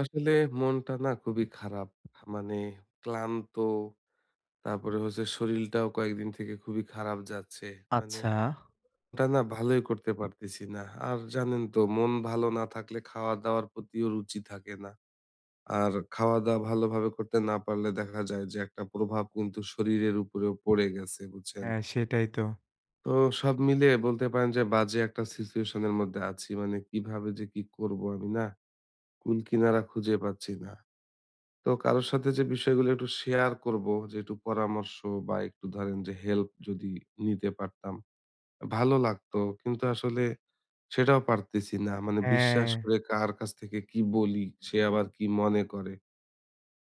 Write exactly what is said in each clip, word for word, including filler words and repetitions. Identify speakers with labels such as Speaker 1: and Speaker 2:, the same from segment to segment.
Speaker 1: আসলে মনটা না খুবই খারাপ। মানে ক্লান্ত, তারপরে হচ্ছে শরীলটাও কয়েকদিন থেকে খুবই খারাপ যাচ্ছে। মানে
Speaker 2: আচ্ছা।
Speaker 1: ওটা না ভালোই করতে পারতেছি না। আর জানেন তো মন ভালো না থাকলে খাওয়া-দাওয়ার প্রতিও রুচি থাকে না। আর খাওয়া-দাওয়া ভালোভাবে করতে না পারলে দেখা যায় যে একটা প্রভাব কিন্তু শরীরের উপরেও পড়ে গেছে, বুঝছেন?
Speaker 2: হ্যাঁ, সেটাই তো।
Speaker 1: তো সব মিলিয়ে বলতে পারেন যে বাজে একটা সিচুয়েশন এর মধ্যে আছি। মানে কিভাবে যে কি করব আমি না কুল কিনারা খুঁজে পাচ্ছি না। তো কারোর সাথে যে বিষয়গুলো একটু শেয়ার করব যে একটু পরামর্শ বা একটু ধরেন যে হেল্প যদি নিতে পারতাম ভালো লাগতো, কিন্তু আসলে সেটাও পারতেছি না। মানে বিশ্বাস
Speaker 2: হ্যাঁ,
Speaker 1: করে কার কাছ থেকে কি বলি, সে আবার কি মনে করে।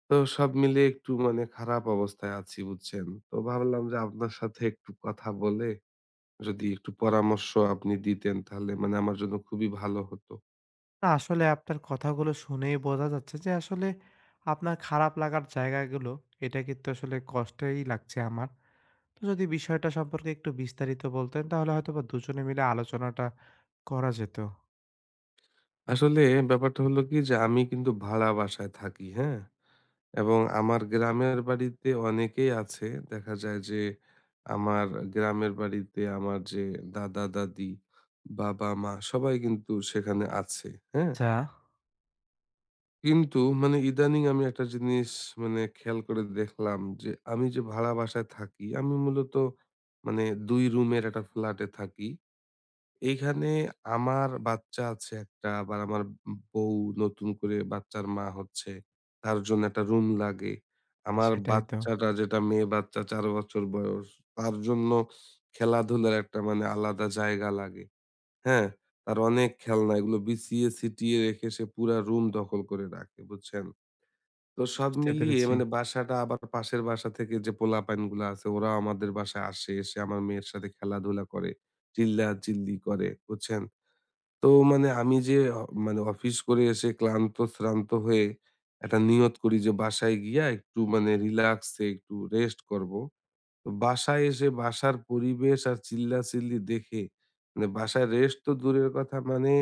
Speaker 1: তো সব মিলে একটু মানে খারাপ অবস্থায় আছি বুঝছেন, তো ভাবলাম যে আপনার সাথে একটু কথা বলে যদি একটু পরামর্শ আপনি দিতেন তাহলে মানে আমার জন্য খুবই ভালো হতো।
Speaker 2: না আসলে আপনার কথাগুলো শুনেই বোঝা যাচ্ছে যে আসলে আপনার খারাপ লাগার জায়গাগুলো, এটা কিন্তু আসলে কষ্টই লাগছে আমার। তো যদি বিষয়টা সম্পর্কে একটু বিস্তারিত বলতেন তাহলে হয়তোবা দুজনে মিলে আলোচনাটা করা যেত।
Speaker 1: আসলে ব্যাপারটা হলো কি, যে আমি কিন্তু ভাড়া বাসায় থাকি, হ্যাঁ, এবং আমার গ্রামের বাড়িতে অনেকেই আছে। দেখা যায় যে আমার গ্রামের বাড়িতে আমার যে দাদা-দাদি, বাবা-মা সবাই কিন্তু সেখানে আছে, হ্যাঁ?
Speaker 2: আচ্ছা।
Speaker 1: কিন্তু মানে ইদানিং আমি একটা জিনিস মানে খেয়াল করে দেখলাম যে আমি যে ভাড়া বাসায় থাকি, আমি মূলত মানে দুই রুমের একটা ফ্ল্যাটে থাকি। এইখানে আমার বাচ্চা আছে একটা, আবার আমার বউ নতুন করে বাচ্চার মা হচ্ছে। তার জন্য একটা রুম লাগে।
Speaker 2: হ্যাঁ,
Speaker 1: আমার
Speaker 2: সেটাই তো।
Speaker 1: বাচ্চাটা যেটা মেয়ে বাচ্চা চার বছর বয়স, তার জন্য খেলাধুলার একটা মানে আলাদা জায়গা লাগে। হ্যাঁ? তার অনেক খেলনা এগুলো বিছিয়ে ছিটিয়ে রেখে সে পুরা রুম দখল করে রাখে, বুঝছেন? তো সব
Speaker 2: বুঝতে
Speaker 1: মিলিয়ে
Speaker 2: পেরেছি।
Speaker 1: মানে বাসাটা আবার পাশের বাসা থেকে যে পোলাপাইনগুলা আছে ওরাও আমাদের বাসায় আসে, এসে আমার মেয়ের সাথে খেলাধুলা করে, চিল্লাচিল্লি করে, বুঝছেন? তো মানে আমি যে অ মানে অফিস করে এসে ক্লান্ত-শ্রান্ত হয়ে একটা নিয়ত করি যে বাসায় গিয়া একটু মানে রিল্যাক্সে একটু রেস্ট করবো। তো বাসায় এসে বাসার পরিবেশ আর চিল্লাচিল্লি দেখে মানে বাসায় রেস্ট তো দূরের কথা, মানে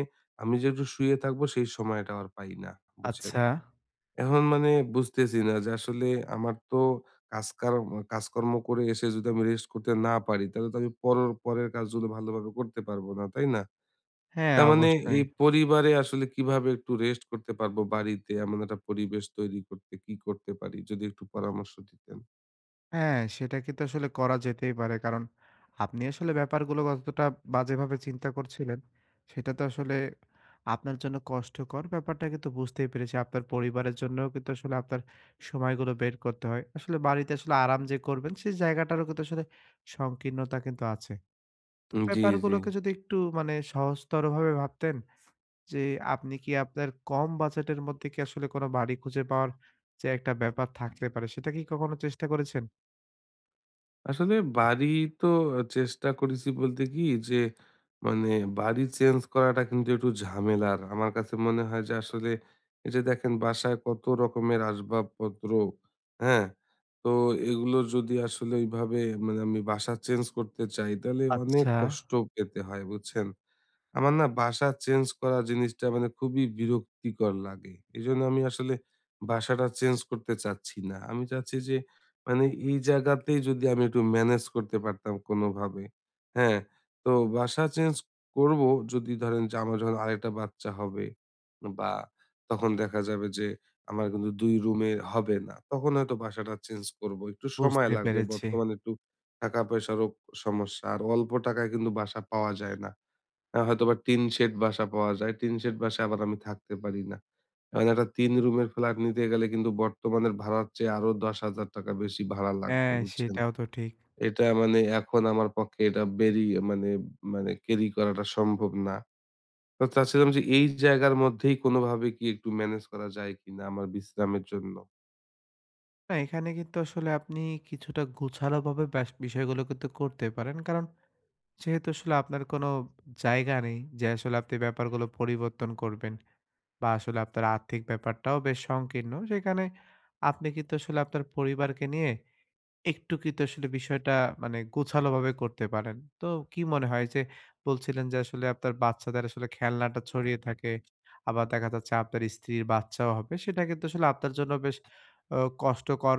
Speaker 1: আমি যে একটু শুয়ে থাকবো সেই সময়টা আর পাই না, বুঝছেন?
Speaker 2: আচ্ছা।
Speaker 1: এখন মানে বুঝতেছি না যে আসলে আমার তো কাজকার কাজকর্ম করে এসে যদি আমি রেস্ট করতে না পারি তাহলে তো আমি পরর পরের কাজগুলো ভালোভাবে করতে পারবো না, তাই না?
Speaker 2: হ্যাঁ,
Speaker 1: তার মানে
Speaker 2: অবশ্যই।
Speaker 1: এই পরিবারে আসলে কিভাবে একটু রেস্ট করতে পারবো, বাড়িতে এমন একটা পরিবেশ তৈরি করতে কি করতে পারি যদি একটু পরামর্শ দিতেন।
Speaker 2: হ্যাঁ, সেটা কিন্তু আসলে করা যেতেই পারে। কারণ আপনি আসলে ব্যাপারগুলো কতটা বাজেভাবে চিন্তা করছিলেন, সেটা তো আসলে আপনার জন্য কষ্টকর। ব্যাপারটা কিন্তু বুঝতেই পেরেছি। আপনার পরিবারের জন্যও কিন্তু আসলে আপনার সময়গুলো বের করতে হয়। আসলে বাড়িতে আসলে আরাম যে করবেন, সেই জায়গাটারও কিন্তু আসলে সংকীর্ণতা কিন্তু আছে। তো
Speaker 1: জি জি
Speaker 2: ব্যাপারগুলোকে যদি একটু মানে সহজতরভাবে ভাবতেন যে, আপনি কি আপনার কম বাজেটের মধ্যে কি আসলে কোনো বাড়ি খুঁজে পাওয়ার যে একটা ব্যাপার থাকতে পারে, সেটা কি কখনো চেষ্টা করেছেন?
Speaker 1: আসলে বাড়ি তো চেষ্টা করেছি বলতে কি যে মানে বাড়ি চেঞ্জ করাটা কিন্তু একটু ঝামেলার আমার কাছে মনে হয়। যে আসলে এই যে দেখেন বাসায় কত রকমের আসবাবপত্র, হ্যাঁ, তো এগুলো যদি আসলে ওইভাবে মানে আমি বাসা চেঞ্জ করতে চাই তাহলে অনেক
Speaker 2: আচ্ছা।
Speaker 1: কষ্ট পেতে হয় বুঝছেন। আমার না বাসা চেঞ্জ করা জিনিসটা মানে খুবই বিরক্তিকর লাগে। এজন্য আমি আসলে বাসাটা চেঞ্জ করতে চাচ্ছি না। আমি চাচ্ছি যে মানে এই জায়গাতেই যদি আমি একটু ম্যানেজ করতে পারতাম কোনোভাবে। হ্যাঁ? তো বাসা চেঞ্জ করব যদি ধরেন যে আমার যখন আরেকটা বাচ্চা হবে বা, তখন দেখা যাবে যে আমার কিন্তু দুই রুমে হবে না। তখন হয়তো বাসাটা চেঞ্জ করব। একটু সময়
Speaker 2: বুঝতে
Speaker 1: লাগবে।
Speaker 2: পেরেছি।
Speaker 1: বর্তমানে একটু টাকা-পয়সারও সমস্যা। আর অল্প টাকায় কিন্তু বাসা পাওয়া যায় না। আ হয়তোবা টিন শেড বাসা পাওয়া যায়। টিন শেড বাসায় আবার আমি থাকতে পারি না। মানে একটা তিন রুমের ফ্ল্যাট নিতে গেলে কিন্তু বর্তমানের ভাড়ার চেয়ে আরো ৳দশ হাজার বেশি ভাড়া লাগবে,
Speaker 2: হ্যাঁ,
Speaker 1: বুঝছেন?
Speaker 2: সেটাও তো ঠিক।
Speaker 1: এটা মানে এখন আমার পক্ষে এটা বেরিয়ে মানে মানে ক্যারি করাটা সম্ভব না। তো চাচ্ছিলাম যে এই জায়গার মধ্যেই কোনোভাবে কি একটু মেনেজ করা যায় কিনা আমার বিশ্রামের জন্য?
Speaker 2: না এখানে কিন্তু আসলে আপনি কিছুটা গোছালোভাবে ব্যাস বিষয়গুলো কিন্তু করতে পারেন। কারণ যেহেতু আসলে আপনার কোনো জায়গা নেই যে আসলে আপনি ব্যাপারগুলো পরিবর্তন করবেন বা আসলে আপনার আর্থিক ব্যাপারটাও বেশ সংকীর্ণ। সেখানে আপনি কিন্তু আসলে আপনার পরিবারকে নিয়ে একটু কিন্তু আসলে বিষয়টা মানে গোছালোভাবে করতে পারেন। তো কি মনে হয় যে বলছিলেন যে আসলে আপনার বাচ্চাদের আসলে খেলনাটা ছড়িয়ে থাকে। আবার দেখা যাচ্ছে আপনার স্ত্রীর বাচ্চাও হবে। সেটা কিন্তু আসলে আপনার জন্য বেশ অ কষ্টকর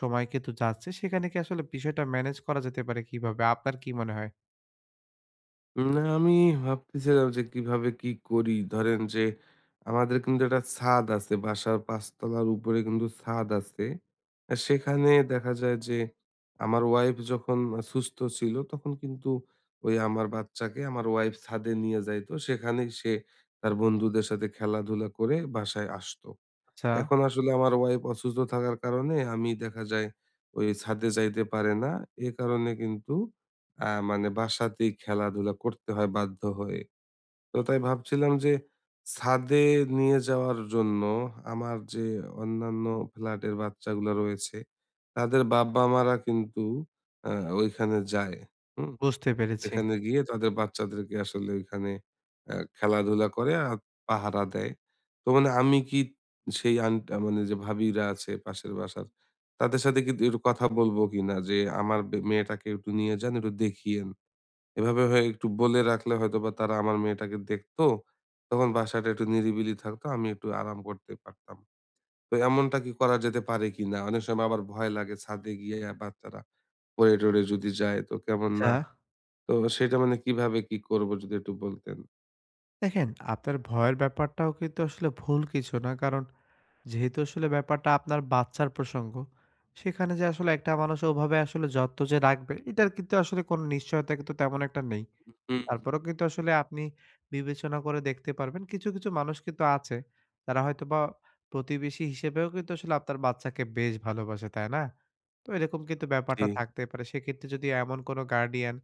Speaker 2: সময় কিন্তু যাচ্ছে। সেখানে কি আসলে বিষয়টা ম্যানেজ করা যেতে পারে কিভাবে? আপনার কি মনে হয়?
Speaker 1: না, আমি ভাবতেছিলাম যে কিভাবে কি করি? ধরেন যে আমাদের কিন্তু একটা ছাদ আছে। বাসার পাঁচ তলার উপরে কিন্তু ছাদ আছে। আ সেখানে দেখা যায় যে আমার ওয়াইফ যখন আ সুস্থ ছিল তখন কিন্তু ওই আমার বাচ্চাকে আমার ওয়াইফ ছাদে নিয়ে যাইতো। সেখানেই সে তার বন্ধুদের সাথে খেলাধুলা করে বাসায় আসতো।
Speaker 2: আচ্ছা,
Speaker 1: এখন আসলে আমার ওয়াইফ অসুস্থ থাকার কারণে আমি দেখা যায় ওই ছাদে যাইতে পারে না। এ কারণে কিন্তু আ মানে বাসাতেই খেলাধুলা করতে হয় বাধ্য হয়ে। তো তাই ভাবছিলাম যে ছাদে নিয়ে যাওয়ার জন্য আমার যে অন্যান্য ফ্ল্যাটের বাচ্চাগুলা রয়েছে, তাদের বাবা-মারা কিন্তু আ ওইখানে যায়। হুম?
Speaker 2: বুঝতে পেরেছি।
Speaker 1: এখানে গিয়ে তাদের বাচ্চাদেরকে আসলে ওইখানে আ খেলাধুলা করে আর পাহারা দেয়। তো মানে আমি কি সেই আন্ট মানে যে ভাবিরা আছে পাশের বাসার, তাদের সাথে কিন্তু একটু কথা বলবো কিনা যে, "আমার বে মেয়েটাকে একটু নিয়ে যান, একটু দেখিয়েন।" এভাবে হয়ে একটু বলে রাখলে হয়তোবা তারা আমার মেয়েটাকে দেখতো। তখন বাসাটা একটু নিরিবিলি থাকতো, আমি একটু আরাম করতে পারতাম। তো এমনটা কি করা যেতে পারে কিনা? অনেক সময় আবার ভয় লাগে ছাদে গিয়ে বাচ্চারা পড়ে-টরে যদি যায় তো কেমন
Speaker 2: আচ্ছা,
Speaker 1: না? তো সেটা মানে কিভাবে কি করব যদি একটু বলতেন?
Speaker 2: দেখেন আপনার ভয়ের ব্যাপারটাও কিন্তু আসলে ভুল কিছু না। কারণ যেহেতু আসলে ব্যাপারটা আপনার বাচ্চার প্রসঙ্গ, সেখানে যে আসলে একটা মানুষ ওভাবে আসলে যত্ন যে রাখবে, এটার কিন্তু আসলে কোনো নিশ্চয়তা কিন্তু তেমন একটা নেই।
Speaker 1: হুম, হুম।
Speaker 2: তারপরেও কিন্তু আসলে আপনি বিবেচনা করে দেখতে পারবেন। কিছু, কিছু মানুষ কিন্তু আছে, তারা হয়তোবা প্রতিবেশী হিসেবেও কিন্তু আসলে আপনার বাচ্চাকে বেশ ভালোবাসে, তাই না? তো এরকম কিন্তু
Speaker 1: জি,
Speaker 2: ব্যাপারটা থাকতে পারে। সেক্ষেত্রে যদি এমন কোনো গার্ডিয়ান,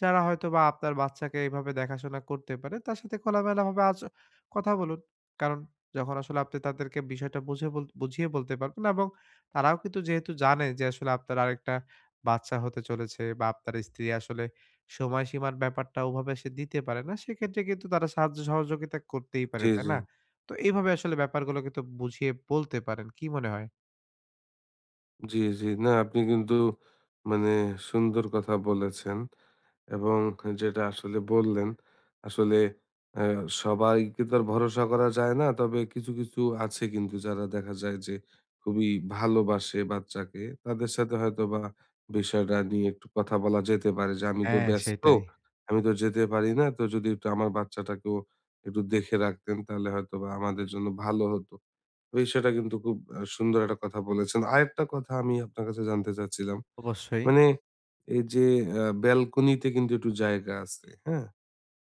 Speaker 2: যারা হয়তোবা আপনার বাচ্চাকে এভাবে দেখাশোনা করতে পারে, তার সাথে খোলামেলাভাবে আজ কথা বলুন। কারণ যখন আসলে আপনি তাদেরকে বিষয়টা বুঝে বল বুঝিয়ে বলতে পারবেন এবং তারাও কিন্তু যেহেতু জানে যে আসলে আপনার আরেকটা বাচ্চা হতে চলেছে বা আপনার স্ত্রী আসলে সময়সীমার ব্যাপারটা ওভাবে সে দিতে পারে না। সেক্ষেত্রে কিন্তু তারা সাহায্য সহযোগিতা করতেই পারে,
Speaker 1: জি,
Speaker 2: তাই
Speaker 1: জি।
Speaker 2: না? তো এইভাবে আসলে ব্যাপারগুলো কিন্তু বুঝিয়ে বলতে পারেন। কি মনে হয়?
Speaker 1: জি, জি। না আপনি কিন্তু মানে সুন্দর কথা বলেছেন। এবং যেটা আসলে বললেন, আসলে অ্যা সবাইকে তো আর ভরসা করা যায় না। তবে কিছু, কিছু আছে কিন্তু যারা দেখা যায় যে খুবই ভালোবাসে বাচ্চাকে। তাদের সাথে হয়তোবা বিষয়টা নিয়ে একটু কথা বলা যেতে পারে যে, "আমি তো
Speaker 2: হ্যাঁ,
Speaker 1: ব্যস্ত,
Speaker 2: সেটাই।
Speaker 1: আমি তো যেতে পারি না। তো যদি একটু আমার বাচ্চাটাকেও একটু দেখে রাখতেন তাহলে হয়তোবা আমাদের জন্য ভালো হতো।" বিষয়টা কিন্তু খুব আ সুন্দর একটা কথা বলেছেন। আরেকটা কথা আমি আপনার কাছে জানতে চাচ্ছিলাম।
Speaker 2: অবশ্যই।
Speaker 1: মানে এই যে আ ব্যালকনিতে কিন্তু একটু জায়গা আছে, হ্যাঁ?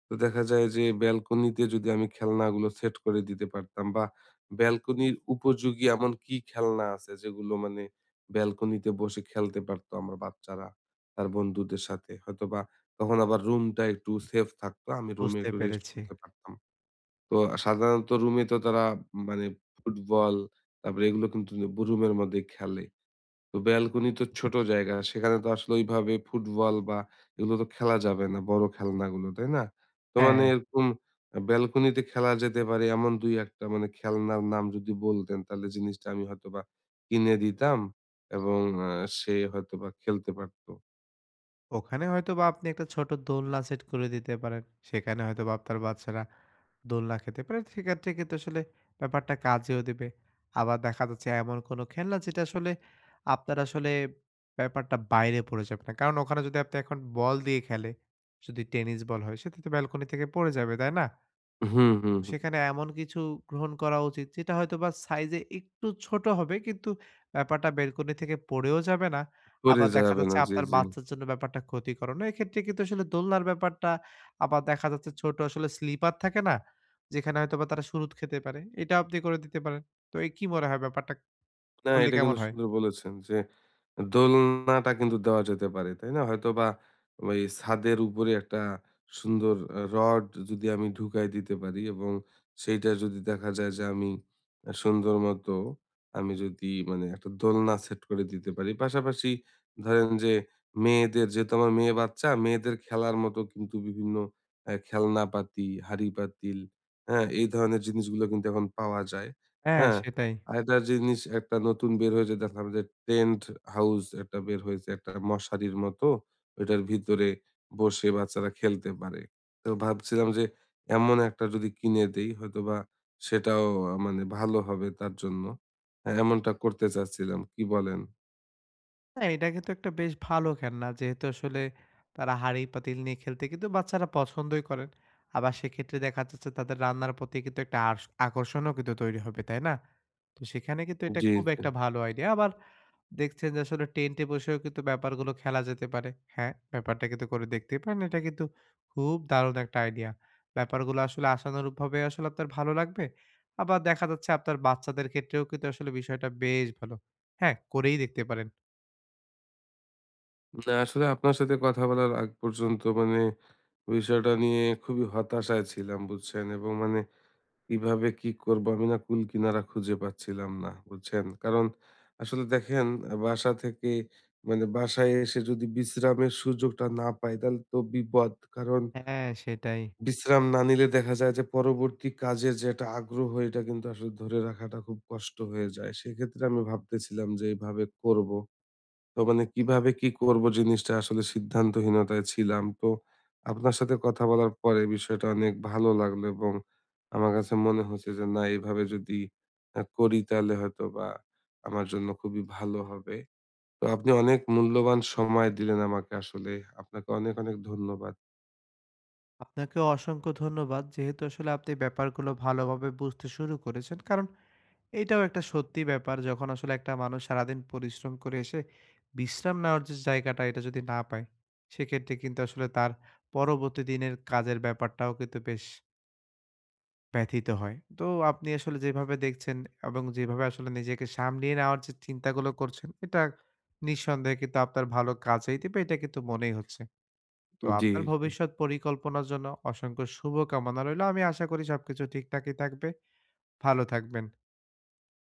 Speaker 1: তো দেখা যায় যে ব্যালকনিতে যদি আমি খেলনাগুলো সেট করে দিতে পারতাম, বা ব্যালকনির উপযোগী এমন কি খেলনা আছে যেগুলো মানে ব্যালকনিতে বসে খেলতে পারতো আমার বাচ্চারা তার বন্ধুদের সাথে? হয়তোবা তখন আবার রুমটা একটু সেফ থাকতো। আমি রুমে
Speaker 2: বুঝতে
Speaker 1: একটু রেস্ট
Speaker 2: পেরেছি।
Speaker 1: করতে পারতাম। তো সাধারণত রুমে তো তারা মানে ফুটবল তারপরে এগুলো কিন্তু রুমের মধ্যে খেলে। তো ব্যালকনি তো ছোট জায়গা। সেখানে তো আসলে ওইভাবে ফুটবল বা এগুলো তো খেলা যাবে না। বড় খেলনাগুলো, তাই না? তো মানে
Speaker 2: হ্যাঁ।
Speaker 1: এরকম আ ব্যালকনিতে খেলা যেতে পারে এমন দুই এক টা মানে খেলনার নাম যদি বলতেন তাহলে জিনিসটা আমি হয়তোবা কিনে দিতাম এবং আ সে হয়তোবা খেলতে পারত।
Speaker 2: ওখানে হয়তোবা আপনি একটা ছোট দোলনা সেট করে দিতে পারেন। সেখানে হয়তোবা আপনার বাচ্চারা দোলনা খেতে পারে। সেক্ষেত্রে কিন্তু আসলে ব্যাপারটা কাজেও দেবে। আবার দেখা যাচ্ছে এমন কোনো খেলনা যেটা আসলে আপনার আসলে ব্যাপারটা বাইরে পড়ে যাবে না। কারণ ওখানে যদি আপনি এখন বল দিয়ে খেলে, যদি টেনিস বল হয় সেটা তো ব্যালকনি থেকে পড়ে যাবে, তাই না?
Speaker 1: হুম, হুম, হুম।
Speaker 2: সেখানে এমন কিছু গ্রহণ করা উচিত যেটা হয়তোবা সাইজে একটু ছোট হবে কিন্তু ব্যাপারটা বেলকনি থেকে পড়েও যাবে না।
Speaker 1: পড়ে
Speaker 2: আবার দেখা
Speaker 1: যাবে না।
Speaker 2: যাচ্ছে
Speaker 1: জি,
Speaker 2: আপনার
Speaker 1: জি।
Speaker 2: বাচ্চার জন্য ব্যাপারটা ক্ষতিকরও না। এক্ষেত্রে কিন্তু আসলে দোলনার ব্যাপারটা আবার দেখা যাচ্ছে ছোট আসলে স্লিপার থাকে না? যেখানে হয়তোবা তারা সুরুৎ খেতে পারে। এটা আপনি করে দিতে পারেন। তো এই কি মনে হয় ব্যাপারটা
Speaker 1: না,
Speaker 2: করলে
Speaker 1: এটা
Speaker 2: কেমন
Speaker 1: কিন্তু
Speaker 2: হয়?
Speaker 1: সুন্দর বলেছেন যে দোলনাটা কিন্তু দেওয়া যেতে পারে, তাই না? হয়তোবা ওই ছাদের উপরে একটা সুন্দর আ রড যদি আমি ঢুকাই দিতে পারি এবং সেইটা যদি দেখা যায় যে আমি আ সুন্দর মতো আমি যদি মানে একটা দোলনা সেট করে দিতে পারি। পাশাপাশি ধরেন যে মেয়েদের যেহেতু আমার মেয়ে বাচ্চা, মেয়েদের খেলার মতো কিন্তু বিভিন্ন আ খেলনাপাতি, হাঁড়ি-পাতিল, হ্যাঁ? এই ধরনের জিনিসগুলো কিন্তু এখন পাওয়া যায়,
Speaker 2: হ্যাঁ,
Speaker 1: হ্যাঁ?
Speaker 2: সেটাই।
Speaker 1: আরেকটা জিনিস একটা নতুন বের হয়েছে দেখলাম যে টেন্ট হাউস একটা বের হয়েছে একটা মশারির মতো ওইটার ভিতরে বসে বাচ্চারা খেলতে পারে। তো ভাবছিলাম যে এমন একটা যদি কিনে দেই হয়তোবা সেটাও আহ, মানে ভালো হবে তার জন্য। হ্যাঁ, এমনটা করতে চাচ্ছিলাম, কি বলেন?
Speaker 2: না, এটা কিন্তু একটা বেশ ভালো খেলনা। যেহেতু আসলে তারা হাঁড়ি-পাতিল নিয়ে খেলতে কিন্তু বাচ্চারা পছন্দই করেন। আবার সেক্ষেত্রে দেখা যাচ্ছে তাদের রান্নার প্রতি কিন্তু একটা আর্স আকর্ষণও কিন্তু তৈরি হবে, তাই না? তো সেখানে কিন্তু এটা
Speaker 1: জি
Speaker 2: খুব
Speaker 1: জি।
Speaker 2: একটা ভালো আইডিয়া। আবার দেখছেন যে আসলে টেন্টে বসেও কিন্তু ব্যাপারগুলো খেলা যেতে পারে। হ্যাঁ, ব্যাপারটা কিন্তু করে দেখতেই পারেন। এটা কিন্তু খুব দারুণ একটা আইডিয়া। ব্যাপারগুলো আসলে আশানুরূপভাবে আসলে আপনার ভালো লাগবে। আবার দেখা যাচ্ছে আপনার বাচ্চাদের ক্ষেত্রেও কিন্তু আসলে বিষয়টা বেশ ভালো। হ্যাঁ, করেই দেখতে পারেন।
Speaker 1: না আসলে আপনার সাথে কথা বলার আগ পর্যন্ত মানে বিষয়টা নিয়ে খুবই হতাশায় ছিলাম বুঝছেন, এবং মানে কিভাবে কি করবো? আমি না কুল কিনারা খুঁজে পাচ্ছিলাম না, বুঝছেন? কারণ আসলে দেখেন আ বাসা থেকে মানে বাসায় এসে যদি বিশ্রামের সুযোগটা না পাই তাহলে তো বিপদ। কারণ
Speaker 2: হ্যাঁ, সেটাই।
Speaker 1: বিশ্রাম না নিলে দেখা যায় যে পরবর্তী কাজের যে একটা আগ্রহ এটা কিন্তু আসলে ধরে রাখাটা খুব কষ্ট হয়ে যায়। সেক্ষেত্রে আমি ভাবতেছিলাম যে এভাবে করবো। তো মানে কিভাবে কি করব জিনিসটা আসলে সিদ্ধান্তহীনতায় ছিলাম। তো আপনার সাথে কথা বলার পরে বিষয়টা অনেক ভালো লাগলো, এবং আমার কাছে মনে হচ্ছে যে না এভাবে যদি আ করি তাহলে হয়তোবা আমার জন্য খুবই ভালো হবে। তো আপনি অনেক মূল্যবান সময় দিলেন আমাকে আসলে। আপনাকে অনেক, অনেক ধন্যবাদ।
Speaker 2: আপনাকেও অসংখ্য ধন্যবাদ। যেহেতু আসলে আপনি ব্যাপারগুলো ভালোভাবে বুঝতে শুরু করেছেন। কারণ এইটাও একটা সত্যি ব্যাপার। যখন আসলে একটা মানুষ সারাদিন পরিশ্রম করে এসে বিশ্রাম নেওয়ার যে জায়গাটা, এটা যদি না পায়, সেক্ষেত্রে কিন্তু আসলে তার পরবর্তী দিনের কাজের ব্যাপারটাও কিন্তু বেশ ব্যথিত হয়। তো আপনি আসলে যেভাবে দেখছেন এবং যেভাবে আসলে নিজেকে সামলিয়ে নেওয়ার যে চিন্তাগুলো করছেন, এটা নিঃসন্দেহে কিন্তু আপনার ভালো কাজেই দিবে, এটা কিন্তু মনেই হচ্ছে। তো
Speaker 1: জি।
Speaker 2: আপনার ভবিষ্যৎ পরিকল্পনার জন্য অসংখ্য শুভকামনা রইলো। আমি আশা করি সবকিছু ঠিকঠাকই থাকবে। ভালো থাকবেন।